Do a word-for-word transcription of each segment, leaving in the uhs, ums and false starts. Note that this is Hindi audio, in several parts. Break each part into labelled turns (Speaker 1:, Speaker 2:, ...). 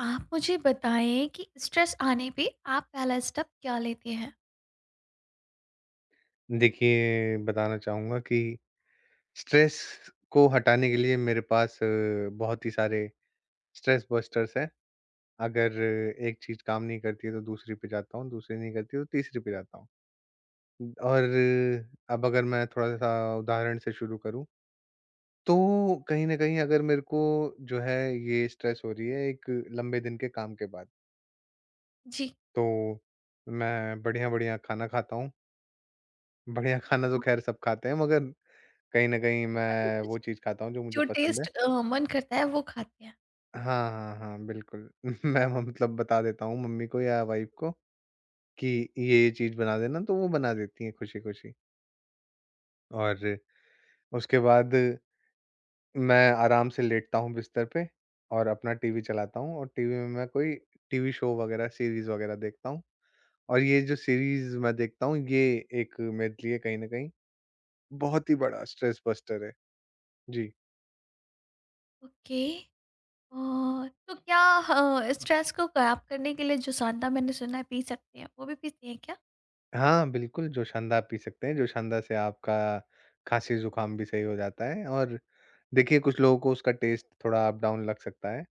Speaker 1: आप मुझे बताएँ कि स्ट्रेस आने पे आप पहला स्टेप क्या लेते हैं?
Speaker 2: देखिए, बताना चाहूँगा कि स्ट्रेस को हटाने के लिए मेरे पास अ, बहुत ही सारे स्ट्रेस बस्टर्स हैं। अगर एक चीज़ काम नहीं करती है तो दूसरी पे जाता हूँ, दूसरी नहीं करती तो तीसरी पे जाता हूँ। और अब अगर मैं थोड़ा-सा उदाहरण से शुरू करूँ, तो कहीं न कहीं अगर मेरे को जो है ये स्ट्रेस हो रही है एक लंबे दिन के काम के बाद,
Speaker 1: जी।
Speaker 2: तो मैं बढ़िया-बढ़िया खाना खाता हूँ। बढ़िया खाना तो
Speaker 1: देखो,
Speaker 2: ख़ैर सब खाते हैं, मगर कहीं न कहीं
Speaker 1: मतलब
Speaker 2: मैं वो
Speaker 1: कुछ
Speaker 2: चीज़ खाता हूँ जो मुझे
Speaker 1: जो
Speaker 2: पसंद है।
Speaker 1: टेस्ट अ, मन करता है वो खाते हैं।
Speaker 2: हाँ, हाँ, हाँ, बिल्कुल। मैं वो मतलब बता देता हूँ मम्मी को या वाइफ़ को कि ये-ये चीज़ बना देना, तो वो बना देती हैं खुशी-खुशी। और उसके बाद मैं आराम से लेटता हूँ बिस्तर पे और अपना टीवी चलाता हूँ, और टीवी में मैं कोई टीवी शो वग़ैरह, सीरीज़ वग़ैरह देखता हूँ। और ये जो सीरीज़ मैं देखता हूँ, ये एक मेरे लिए कहीं न कहीं बहुत ही बड़ा स्ट्रेस बस्टर है। जी।
Speaker 1: ओके। और तो क्या ह स्ट्रेस को ग़ायब करने के लिए जो सांता मैंने सुना है पी सकते हैं, वो भी पीते हैं क्या?
Speaker 2: हाँ, बिल्कुल, जोशानदा आप पी सकते हैं। जोशानदा से आपका खाँसी-ज़ुकाम भी सही हो जाता है। और देखिए, कुछ लोगों को उसका टेस्ट थोड़ा अप-डाउन लग सकता है।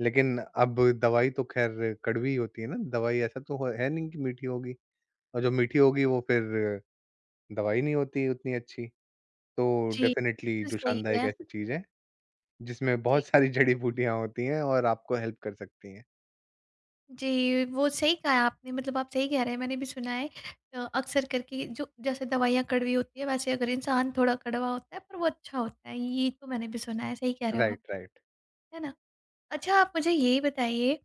Speaker 2: लेकिन अब दवाई तो ख़ैर कड़वी होती है ना, दवाई ऐसा तो हो है नहीं कि मीठी होगी, और जो मीठी होगी वो फिर दवाई नहीं होती उतनी अच्छी। तो
Speaker 1: जी,
Speaker 2: डेफ़िनेटली
Speaker 1: बिल्कुल सही
Speaker 2: जोशानदा एक
Speaker 1: है।
Speaker 2: ऐसी चीज़ है, जिसमें
Speaker 1: जी,
Speaker 2: बहुत सारी जड़ी-बूटियाँ होती हैं और आपको हेल्प कर सकती हैं।
Speaker 1: जी, वो सही कहा है आपने। मतलब आप सही कह रहे हैं, मैंने भी सुना है अ, अक्सर करके जो जैसे दवाइयाँ कड़वी होती है, वैसे अगर इंसान थोड़ा कड़वा होता है पर वो अच्छा होता है। ये तो मैंने भी सुना है, सही कह रहे हो आप,
Speaker 2: राइट, राइट।
Speaker 1: है ना? अच्छा, आप मुझे ये बताइए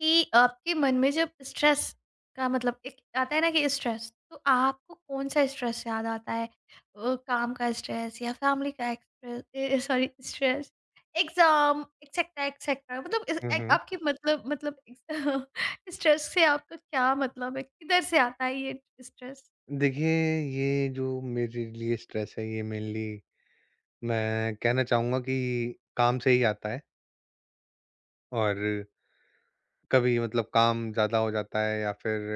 Speaker 1: कि आपके मन में जब स्ट्रेस का मतलब एक आता है ना, कि स्ट्रेस, तो आपको कौन सा स्ट्रेस याद आता है? अ, काम का स्ट्रेस या फैमिली का stress, sorry, stress, exam etcetera etcetera, मतलब इस-
Speaker 2: हुँ,
Speaker 1: एक-
Speaker 2: हुँ।
Speaker 1: आपकी, मतलब मतलब स्ट्रेस से आपका क्या मतलब है? किधर से आता है ये स्ट्रेस?
Speaker 2: देखिए, ये जो मेरे लिए स्ट्रेस है, ये मेनली मैं कहना चाहूँगा कि काम से ही आता है। और कभी मतलब काम ज़्यादा हो जाता है, या फिर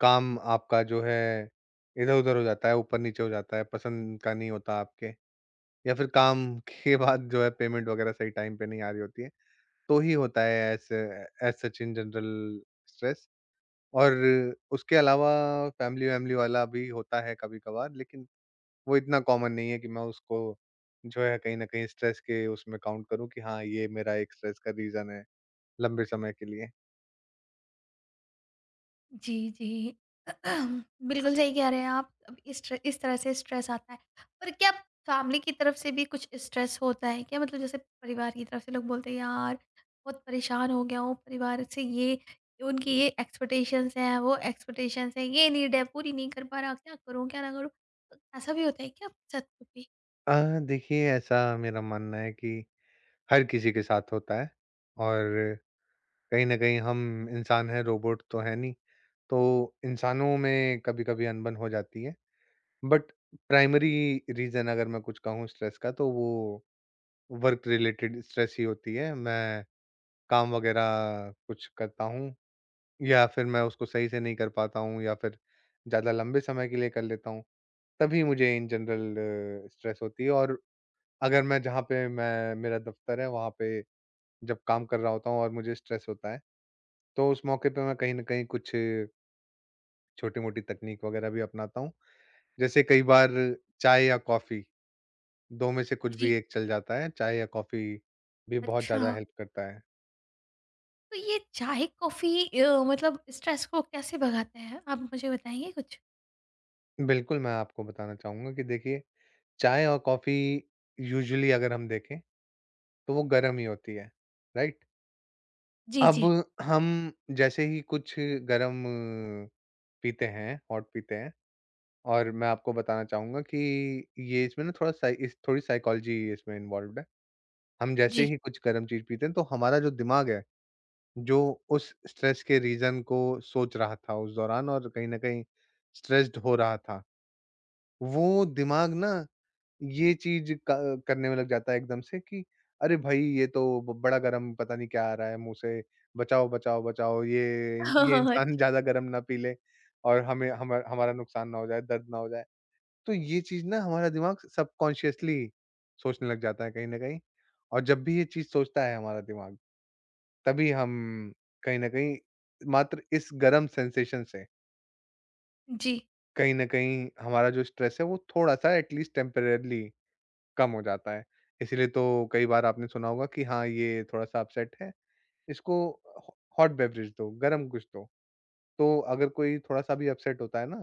Speaker 2: काम आपका जो है इधर-उधर हो जाता है, ऊपर-नीचे हो जाता है, पसंद का नहीं होता आपके, या फिर काम के बाद जो है पेमेंट वग़ैरह सही टाइम पे नहीं आ रही होती है, तो ही होता है as as such in general stress. और उसके अलावा फैमिली-वैमिली वाला भी होता है कभी-कभार, लेकिन वो इतना कॉमन नहीं है कि मैं उसको जो है कहीं न कहीं स्ट्रेस के उसमें काउंट करूँ कि हाँ, ये मेरा एक स्ट्रेस का रीज़न है लंबे समय के लिए।
Speaker 1: जी, जी। बिल्कुल सही कह रहे हैं आप। अब इस टर इस तरह से स्ट्रेस आता है। पर क्या फैमिली की तरफ से भी कुछ स्ट्रेस होता है क्या? मतलब जैसे परिवार की तरफ से लोग बोलते हैं, "यार, बहुत परेशान हो गया हूँ, परिवार से, ये उनकी ये एक्सपेक्टेशंस हैं, वो एक्सपेक्टेशंस हैं, ये नीड है, पूरी नहीं कर पा रहा, क्या करूँ, क्या ना करूँ?" तो ऐसा भी होता है क्या आपके साथ कभी?
Speaker 2: अ, देखिए, ऐसा मेरा मानना है कि हर किसी के साथ होता है, और कहीं न कहीं हम इंसान हैं, रोबोट तो हैं नहीं। तो इंसानों में कभी-कभी अनबन हो जाती है। बट प्राइमरी रीज़न अगर मैं कुछ कहूँ स्ट्रेस का, तो वो वर्क रिलेटेड स्ट्रेस ही होती है। मैं काम वग़ैरह कुछ करता हूँ या फिर मैं उसको सही से नहीं कर पाता हूँ, या फिर ज़्यादा लंबे समय के लिए कर लेता हूँ, तभी मुझे इन जनरल स्ट्रेस होती है। और अगर मैं जहाँ पे मैं मेरा दफ़्तर है वहाँ पे जब काम कर रहा होता हूँ और मुझे स्ट्रेस होता है, तो उस मौके पे मैं कहीं न कहीं कुछ छोटी-मोटी तकनीक वग़ैरह भी अपनाता हूँ। जैसे कई बार चाय या कॉफ़ी, दो में से कुछ
Speaker 1: जी।
Speaker 2: भी एक चल जाता है, चाय या कॉफ़ी भी बहुत ज़्यादा
Speaker 1: अच्छा,
Speaker 2: हेल्प करता है।
Speaker 1: तो ये चाय, कॉफ़ी, अ, मतलब स्ट्रेस को कैसे भगाते हैं? आप मुझे बताएँगे कुछ?
Speaker 2: बिल्कुल, मैं आपको बताना चाहूँगा कि देखिए, चाय और कॉफ़ी यूजुअली अगर हम देखें तो वो गर्म ही होती है, राइट?
Speaker 1: जी, जी।
Speaker 2: अब हम जैसे ही कुछ गर्म पीते हैं, हॉट पीते हैं, और मैं आपको बताना चाहूँगा कि ये इसमें ना थोड़ा साइ इस थोड़ी साइकोलॉजी इसमें इन्वॉल्वड है। हम जैसे
Speaker 1: जी।
Speaker 2: ही कुछ गर्म चीज़ पीते हैं तो हमारा जो दिमाग है, जो उस स्ट्रेस के रीज़न को सोच रहा था उस दौरान और कहीं न कहीं स्ट्रेस्ड हो रहा था, वो दिमाग ना ये चीज़ क करने में लग जाता है एकदम से कि अरे भाई, ये तो ब बड़ा गरम पता नहीं क्या आ रहा है मुँह से, बचाओ, बचाओ, बचाओ, ये ये इंसान
Speaker 1: अच्छा।
Speaker 2: ज़्यादा गरम ना पी ले, और हमें हम हमारा नुकसान ना हो जाए, दर्द ना हो जाए। तो ये चीज़ ना हमारा दिमाग सबकॉन्शियसली सोचने लग जाता है कहीं न कहीं, और जब भी ये चीज़ सोचता है हमारा दिमाग, तभी हम कहीं न कहीं मात्र इस गरम सेंसेशन से
Speaker 1: जी।
Speaker 2: कहीं न कहीं हमारा जो स्ट्रेस है वो थोड़ा-सा एट लीस्ट टेम्परेरीली कम हो जाता है। इसीलिए तो कई बार आपने सुना होगा कि हाँ, ये थोड़ा-सा अपसेट है, इसको ह हॉट बेवरेज दो, गरम कुछ दो। तो अगर कोई थोड़ा-सा भी अपसेट होता है ना,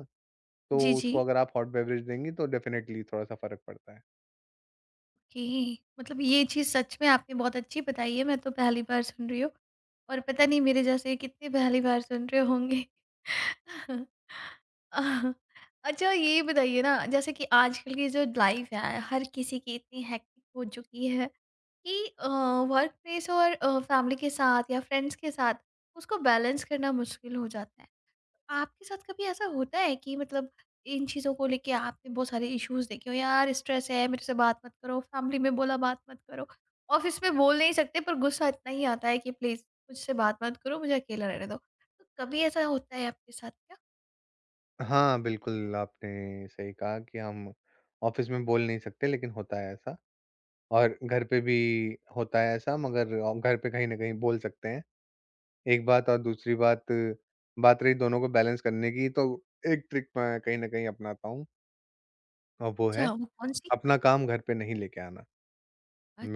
Speaker 1: जी,
Speaker 2: तो
Speaker 1: जी।
Speaker 2: उसको अगर आप हॉट बेवरेज देंगी तो डेफ़िनेटली थोड़ा-सा फ़र्क पड़ता है।
Speaker 1: ओके, मतलब ये चीज़ सच में आपने बहुत अच्छी बताई है, मैं तो पहली बार सुन रही हूँ और पता नहीं मेरे जैसे कितने पहली बार सुन रहे होंगे। आह, अच्छा, ये बताइए ना, जैसे कि आजकल की जो लाइफ़ है, हर किसी की इतनी हेक्टिक हो चुकी है कि अ, वर्क प्लेस और अ, फैमिली के साथ या फ्रेंड्स के साथ उसको बैलेंस करना मुश्किल हो जाता है। आपके साथ कभी ऐसा होता है कि मतलब इन चीज़ों को लेके आपने बहुत सारे इश्यूज़ देखे हो? यार, स्ट्रेस है, मेरे से बात मत करो, फैमिली में बोला बात मत करो, ऑफिस में बोल नहीं सकते पर गुस्सा इतना ही आता है कि प्लीज़ मुझसे बात मत करो, मुझे अकेला रहने दो। तो कभी ऐसा होता है आपके साथ क्या?
Speaker 2: हाँ, बिल्कुल आपने सही कहा कि हम ऑफ़िस में बोल नहीं सकते, लेकिन होता है ऐसा, और घर पे भी होता है ऐसा, मगर औ घर पे कहीं न कहीं बोल सकते हैं। एक बात। और दूसरी बात, बात रही दोनों को बैलेंस करने की, तो एक ट्रिक मैं कहीं न कहीं अपनाता हूँ, और वो
Speaker 1: अच्छा,
Speaker 2: है
Speaker 1: वो कौन सी?
Speaker 2: अपना काम घर पे नहीं लेके आना।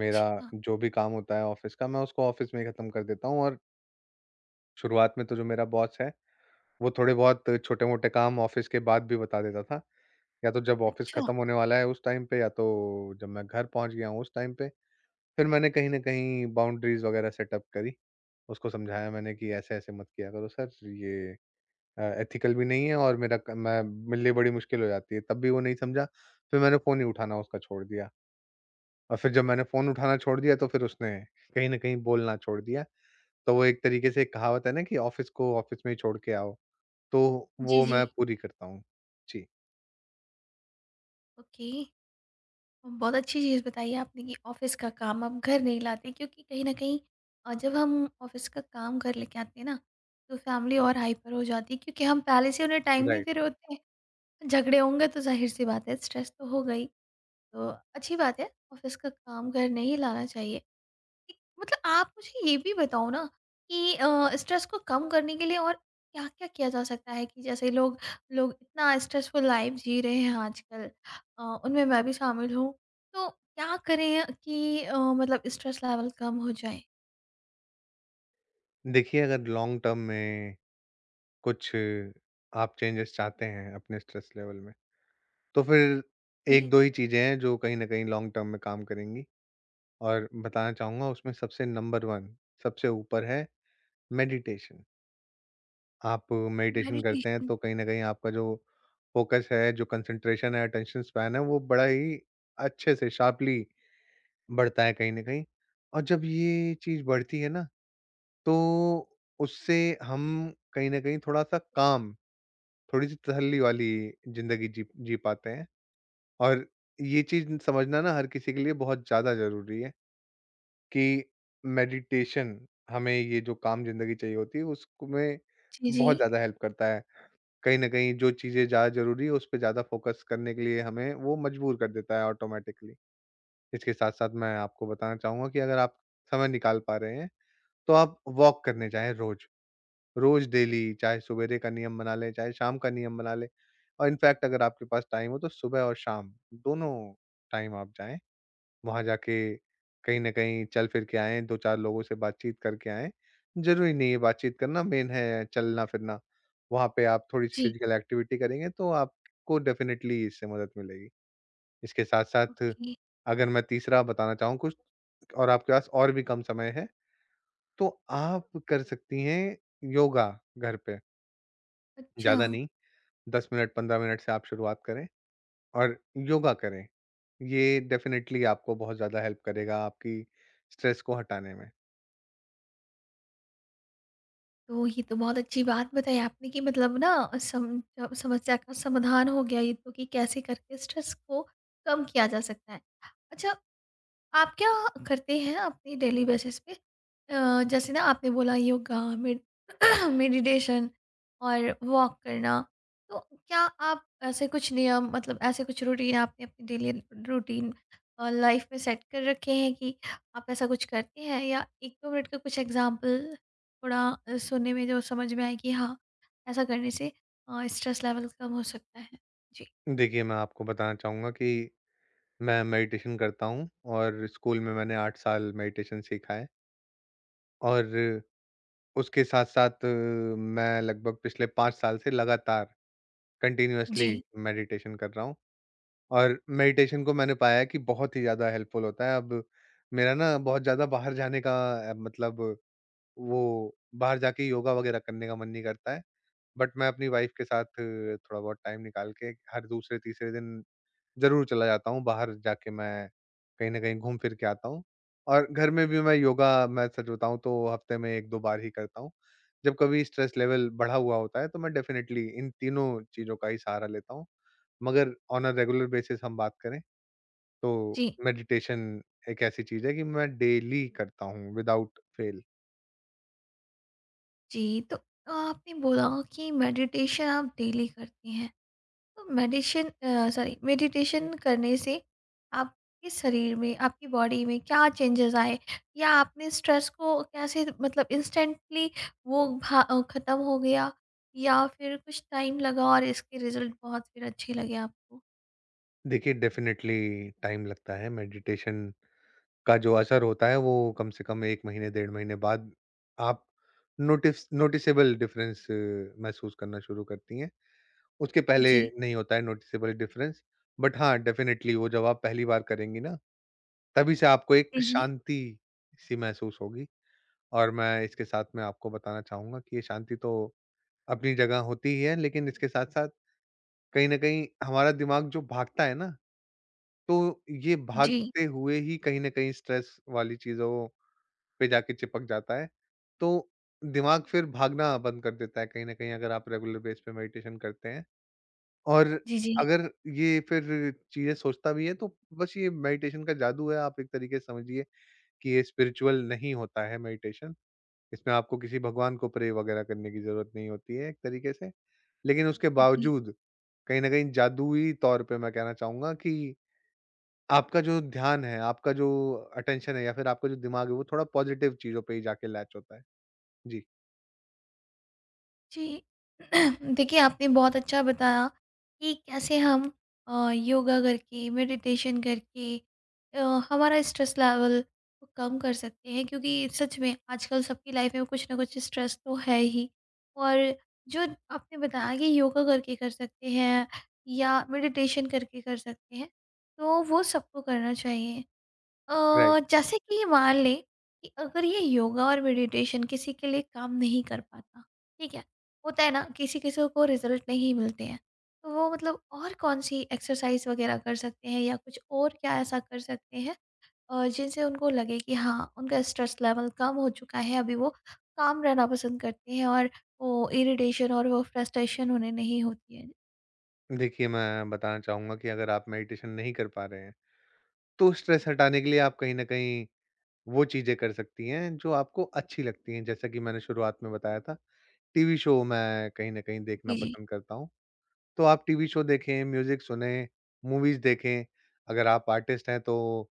Speaker 2: मेरा जो भी काम होता है ऑफ़िस का, मैं उसको ऑफ़िस में ही ख़त्म कर देता हूँ। और शुरुआत में तो जो मेरा बॉस है, वो थोड़े बहुत छोटे-मोटे काम ऑफ़िस के बाद भी बता देता था। या तो जब ऑफ़िस
Speaker 1: अच्छा।
Speaker 2: ख़त्म होने वाला है उस टाइम पे, या तो जब मैं घर पहुँच गया हूँ उस टाइम पे। फिर मैंने कहीं न कहीं बाउंड्रीज़ वग़ैरह सेटअप करी। उसको समझाया मैंने कि ऐसे-ऐसे मत किया करो सर, ये अ, एथिकल भी नहीं है, और मेरा क मैं मेरे लिए बड़ी मुश्किल हो जाती है। तब भी वो नहीं समझा, फिर मैंने फ़ोन ही उठाना उसका छोड़ दिया। और फिर जब मैंने फ़ोन उठाना छोड़ दिया, तो फिर उसने कहीं न कहीं बोलना छोड़ दिया। तो वो एक तरीके से एक कहावत है ना कि ऑफ़िस को ऑफ़िस में ही छोड़ के आओ, तो
Speaker 1: जी,
Speaker 2: वो
Speaker 1: जी।
Speaker 2: मैं पूरी करता हूँ। जी,
Speaker 1: ओके। बहुत अच्छी चीज़ बताई आपने कि ऑफिस का काम आप घर नहीं लाते, क्योंकि कहीं ना कहीं अ, जब हम ऑफिस का काम घर लेके आते हैं ना, तो फैमिली और हाइपर हो जाती है, क्योंकि हम पहले से उन्हें टाइम नहीं
Speaker 2: राइट।
Speaker 1: दे रहे होते हैं। झगड़े होंगे तो जाहिर सी बात है, स्ट्रेस तो हो गई। तो अच्छी बात है, ऑफिस का काम घर नहीं लाना चाहिए। एक, मतलब आप मुझे ये भी बताओ ना कि अ, स्ट्रेस को कम करने के लिए और क्या-क्या किया जा सकता है? कि जैसे लोग, लोग इतना स्ट्रेसफुल लाइफ जी रहे हैं आजकल, अ, उनमें मैं भी शामिल हूँ। तो क्या करें कि अ, मतलब स्ट्रेस लेवल कम हो जाए?
Speaker 2: देखिए, अगर लॉन्ग टर्म में कुछ आप चेंजेस चाहते हैं अपने स्ट्रेस लेवल में, तो फिर
Speaker 1: जी,
Speaker 2: एक दो ही चीज़ें हैं जो कहीं न कहीं लॉन्ग टर्म में काम करेंगी, और बताना चाहूँगा उसमें सबसे नंबर वन सबसे ऊपर है मेडिटेशन। आप मेडिटेशन करते हैं
Speaker 1: मेडिटेशन।
Speaker 2: तो कहीं न कहीं आपका जो फ़ोकस है, जो कंसंट्रेशन है, अटेंशन स्पैन है, वो बड़ा ही अच्छे से शार्पली बढ़ता है कहीं न कहीं। और जब ये चीज़ बढ़ती है ना, तो उससे हम कहीं न कहीं थोड़ा-सा काम, थोड़ी-सी तसल्ली वाली ज़िंदगी जी जी पाते हैं। और ये चीज़ समझना ना हर किसी के लिए बहुत ज़्यादा ज़रूरी है कि मेडिटेशन हमें ये जो काम ज़िंदगी चाहिए होती है, उसमें
Speaker 1: जी, जी।
Speaker 2: बहुत ज़्यादा हेल्प करता है। कहीं न कहीं जो चीज़ें ज़्यादा ज़रूरी है, उस पे ज़्यादा फ़ोकस करने के लिए हमें वो मजबूर कर देता है ऑटोमैटिकली। इसके साथ-साथ मैं आपको बताना चाहूँगा कि अगर आप समय निकाल पा रहे हैं, तो आप वॉक करने जाएँ रोज़। रोज़ डेली, चाहे सवेरे का नियम बना लें, चाहे शाम का नियम बना लें, और इनफैक्ट अगर आपके पास टाइम हो तो सुबह और शाम दोनों टाइम आप जाएँ। वहाँ जाके कहीं न कहीं चल फिर के आएँ, दो चार लोगों से बातचीत करके आएँ। ज़रूरी नहीं है बातचीत करना, मेन है चलना-फिरना। वहाँ पे आप थोड़ी-सी
Speaker 1: जी,
Speaker 2: फिज़िकल एक्टिविटी करेंगे तो आपको डेफ़िनेटली इससे मदद मिलेगी। इसके साथ-साथ
Speaker 1: ओके।
Speaker 2: अगर मैं तीसरा बताना चाहूँ कुछ, और आपके पास और भी कम समय है, तो आप कर सकती हैं योगा घर पे।
Speaker 1: अच्छा,
Speaker 2: ज़्यादा नहीं, दस मिनट, पंद्रह मिनट से आप शुरुआत करें और योगा करें। ये डेफ़िनेटली आपको बहुत ज़्यादा हेल्प करेगा आपकी स्ट्रेस को हटाने में।
Speaker 1: तो ये तो बहुत अच्छी बात बताई आपने कि मतलब ना, सम अ, समस्या का समाधान हो गया ये तो, कि कैसे करके स्ट्रेस को कम किया जा सकता है। अच्छा, आप क्या करते हैं अपनी डेली बेसिस पे? अ, जैसे ना, आपने बोला योगा, मेड मेडिटेशन और वॉक करना, तो क्या आप ऐसे कुछ नियम, मतलब ऐसे कुछ रूटीन आपने अपनी डेली रूटीन लाइफ में सेट कर रखे हैं कि आप ऐसा कुछ करते हैं? या एक दो मिनट का कुछ एग्जांपल, थोड़ा अ, सुनने में जो समझ में आए कि हाँ, ऐसा करने से स्ट्रेस लेवल कम हो सकता है। जी।
Speaker 2: देखिए, मैं आपको बताना चाहूँगा कि मैं मेडिटेशन करता हूँ, और स्कूल में मैंने आठ साल मेडिटेशन सीखा है। और उसके साथ-साथ मैं लगभग पिछले पाँच साल से लगातार
Speaker 1: जी।
Speaker 2: कंटीन्यूअसली मेडिटेशन कर रहा हूँ। और मेडिटेशन को मैंने पाया है कि बहुत ही ज़्यादा हेल्पफुल होता है। अब मेरा ना बहुत ज़्यादा बाहर जाने का अ, मतलब वो बाहर जाके योगा वग़ैरह करने का मन नहीं करता है। बट मैं अपनी वाइफ़ के साथ अ, थोड़ा बहुत टाइम निकाल के हर दूसरे-तीसरे दिन ज़रूर चला जाता हूँ, बाहर जाके मैं कहीं न कहीं घूम फिर के आता हूँ। और घर में भी मैं योगा मैं सच बताऊँ तो हफ्ते में एक दो बार ही करता हूँ। जब कभी स्ट्रेस लेवल बढ़ा हुआ होता है तो मैं डेफ़िनेटली इन तीनों चीज़ों का ही सहारा लेता हूँ। मगर ऑन अ रेगुलर बेसिस हम बात करें तो
Speaker 1: जी,
Speaker 2: मेडिटेशन एक ऐसी चीज़ है कि मैं डेली करता हूँ विदाउट फ़ेल।
Speaker 1: जी, तो आपने बोला कि मेडिटेशन आप डेली करती हैं। तो मेडिशन अ, सॉरी मेडिटेशन करने से आपके शरीर में, आपकी बॉडी में क्या चेंजेज़ आए? या आपने स्ट्रेस को कैसे, मतलब इंस्टेंटली वो भा अ, ख़त्म हो गया या फिर कुछ टाइम लगा और इसके रिज़ल्ट बहुत फिर अच्छे लगे आपको?
Speaker 2: देखिए, डेफ़िनेटली टाइम लगता है। मेडिटेशन का जो असर होता है वो कम से कम एक महीने, डेढ़ महीने बाद आप नोटिस नोटिसेबल डिफरेंस महसूस करना शुरू करती हैं। उसके पहले
Speaker 1: जी।
Speaker 2: नहीं होता है नोटिसेबल डिफरेंस। बट हाँ, डेफिनिटली वो जब आप पहली बार करेंगी ना, तभी से आपको
Speaker 1: जी,
Speaker 2: एक
Speaker 1: जी।
Speaker 2: शांति सी महसूस होगी। और मैं इसके साथ में आपको बताना चाहूँगा कि ये शांति तो अपनी जगह होती ही है, लेकिन इसके साथ-साथ कहीं न कहीं हमारा दिमाग जो भागता है ना, तो ये
Speaker 1: जी,
Speaker 2: भागते हुए ही कहीं न कहीं स्ट्रेस वाली चीज़ों पे जाके चिपक जाता है, तो दिमाग फिर भागना बंद कर देता है कहीं न कहीं अगर आप रेगुलर बेस पे मेडिटेशन करते हैं। और
Speaker 1: जी, जी,
Speaker 2: अगर ये फिर चीज़ें सोचता भी है तो बस ये मेडिटेशन का जादू है, आप एक तरीके से समझिए कि ये स्पिरिचुअल नहीं होता है मेडिटेशन। इसमें आपको किसी भगवान को प्रे वगैरह करने की ज़रूरत नहीं होती है एक तरीके से। लेकिन उसके
Speaker 1: जी।
Speaker 2: बावजूद कहीं न कहीं जादुई तौर पे मैं कहना चाहूँगा कि आपका जो ध्यान है, आपका जो अटेंशन है, या फिर आपका जो दिमाग है वो थोड़ा पॉज़िटिव चीज़ों पे ही जाके लैच होता है। जी।
Speaker 1: जी। देखिए, आपने बहुत अच्छा बताया कि कैसे हम अ, योगा करके, मेडिटेशन करके, अ, हमारा स्ट्रेस लेवल को कम कर सकते हैं, क्योंकि सच में आजकल सबकी लाइफ में कुछ ना कुछ स्ट्रेस तो है ही। और जो आपने बताया कि योगा करके कर सकते हैं या मेडिटेशन करके कर सकते हैं, तो वो सबको करना चाहिए। अ,
Speaker 2: राइट।
Speaker 1: जैसे कि मान लें कि अगर ये योगा और मेडिटेशन किसी के लिए काम नहीं कर पाता, ठीक है, होता है ना, किसी किसी को रिजल्ट नहीं मिलते हैं, तो वो मतलब और कौन सी एक्सरसाइज वगैरह कर सकते हैं या कुछ और क्या ऐसा कर सकते हैं अ, जिनसे उनको लगे कि हाँ, उनका स्ट्रेस लेवल कम हो चुका है, अभी वो काम रहना पसंद करते हैं और वो इरिटेशन और वो फ्रस्ट्रेशन उन्हें नहीं होती है।
Speaker 2: देखिए, मैं बताना चाहूँगा कि अगर आप मेडिटेशन नहीं कर पा रहे हैं, तो स्ट्रेस हटाने के लिए आप कहीं न कहीं वो चीज़ें कर सकती हैं, जो आपको अच्छी लगती हैं। जैसा कि मैंने शुरुआत में बताया था, टीवी शो मैं कहीं न कहीं देखना
Speaker 1: जी। जी।
Speaker 2: पसंद करता हूँ। तो आप टीवी शो देखें, म्यूज़िक सुनें, मूवीज़ देखें। अगर आप आर्टिस्ट हैं, तो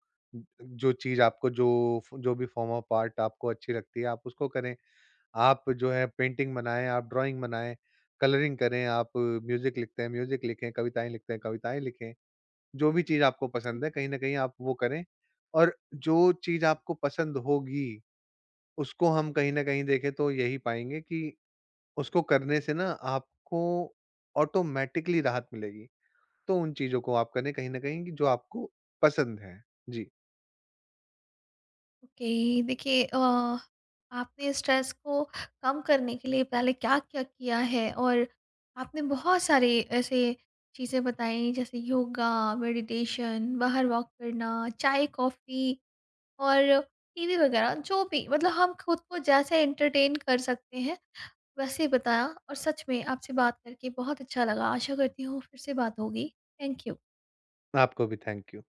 Speaker 2: जो चीज़ आपको जो फ जो भी फ़ॉर्म ऑफ आर्ट आपको अच्छी लगती है, आप उसको करें। आप जो है पेंटिंग बनाएँ, आप ड्राइंग बनाएँ, कलरिंग करें, आप म्यूज़िक लिखते हैं म्यूज़िक लिखें, कविताएँ लिखते हैं कविताएँ लिखें। जो भी चीज़ आपको पसंद है कहीं न कहीं आप वो करें, और जो चीज़ आपको पसंद होगी, उसको हम कहीं न कहीं देखें तो यही पाएँगे कि उसको करने से ना आपको ऑटोमैटिकली राहत मिलेगी। तो उन चीज़ों को आप करें कहीं न कहीं कि जो आपको पसंद है। जी,
Speaker 1: ओके, देखिए, अ, आपने स्ट्रेस को कम करने के लिए पहले क्या-क्या किया है? और आपने बहुत सारे ऐसे चीज़ें बताई, जैसे योगा, मेडिटेशन, बाहर वॉक करना, चाय, कॉफ़ी और टीवी वगैरह, जो भी मतलब हम खुद को जैसे एंटरटेन कर सकते हैं, वैसे बताया। और सच में आपसे बात करके बहुत अच्छा लगा। आशा करती हूँ फिर से बात होगी। Thank you.
Speaker 2: आपको भी थैंक यू।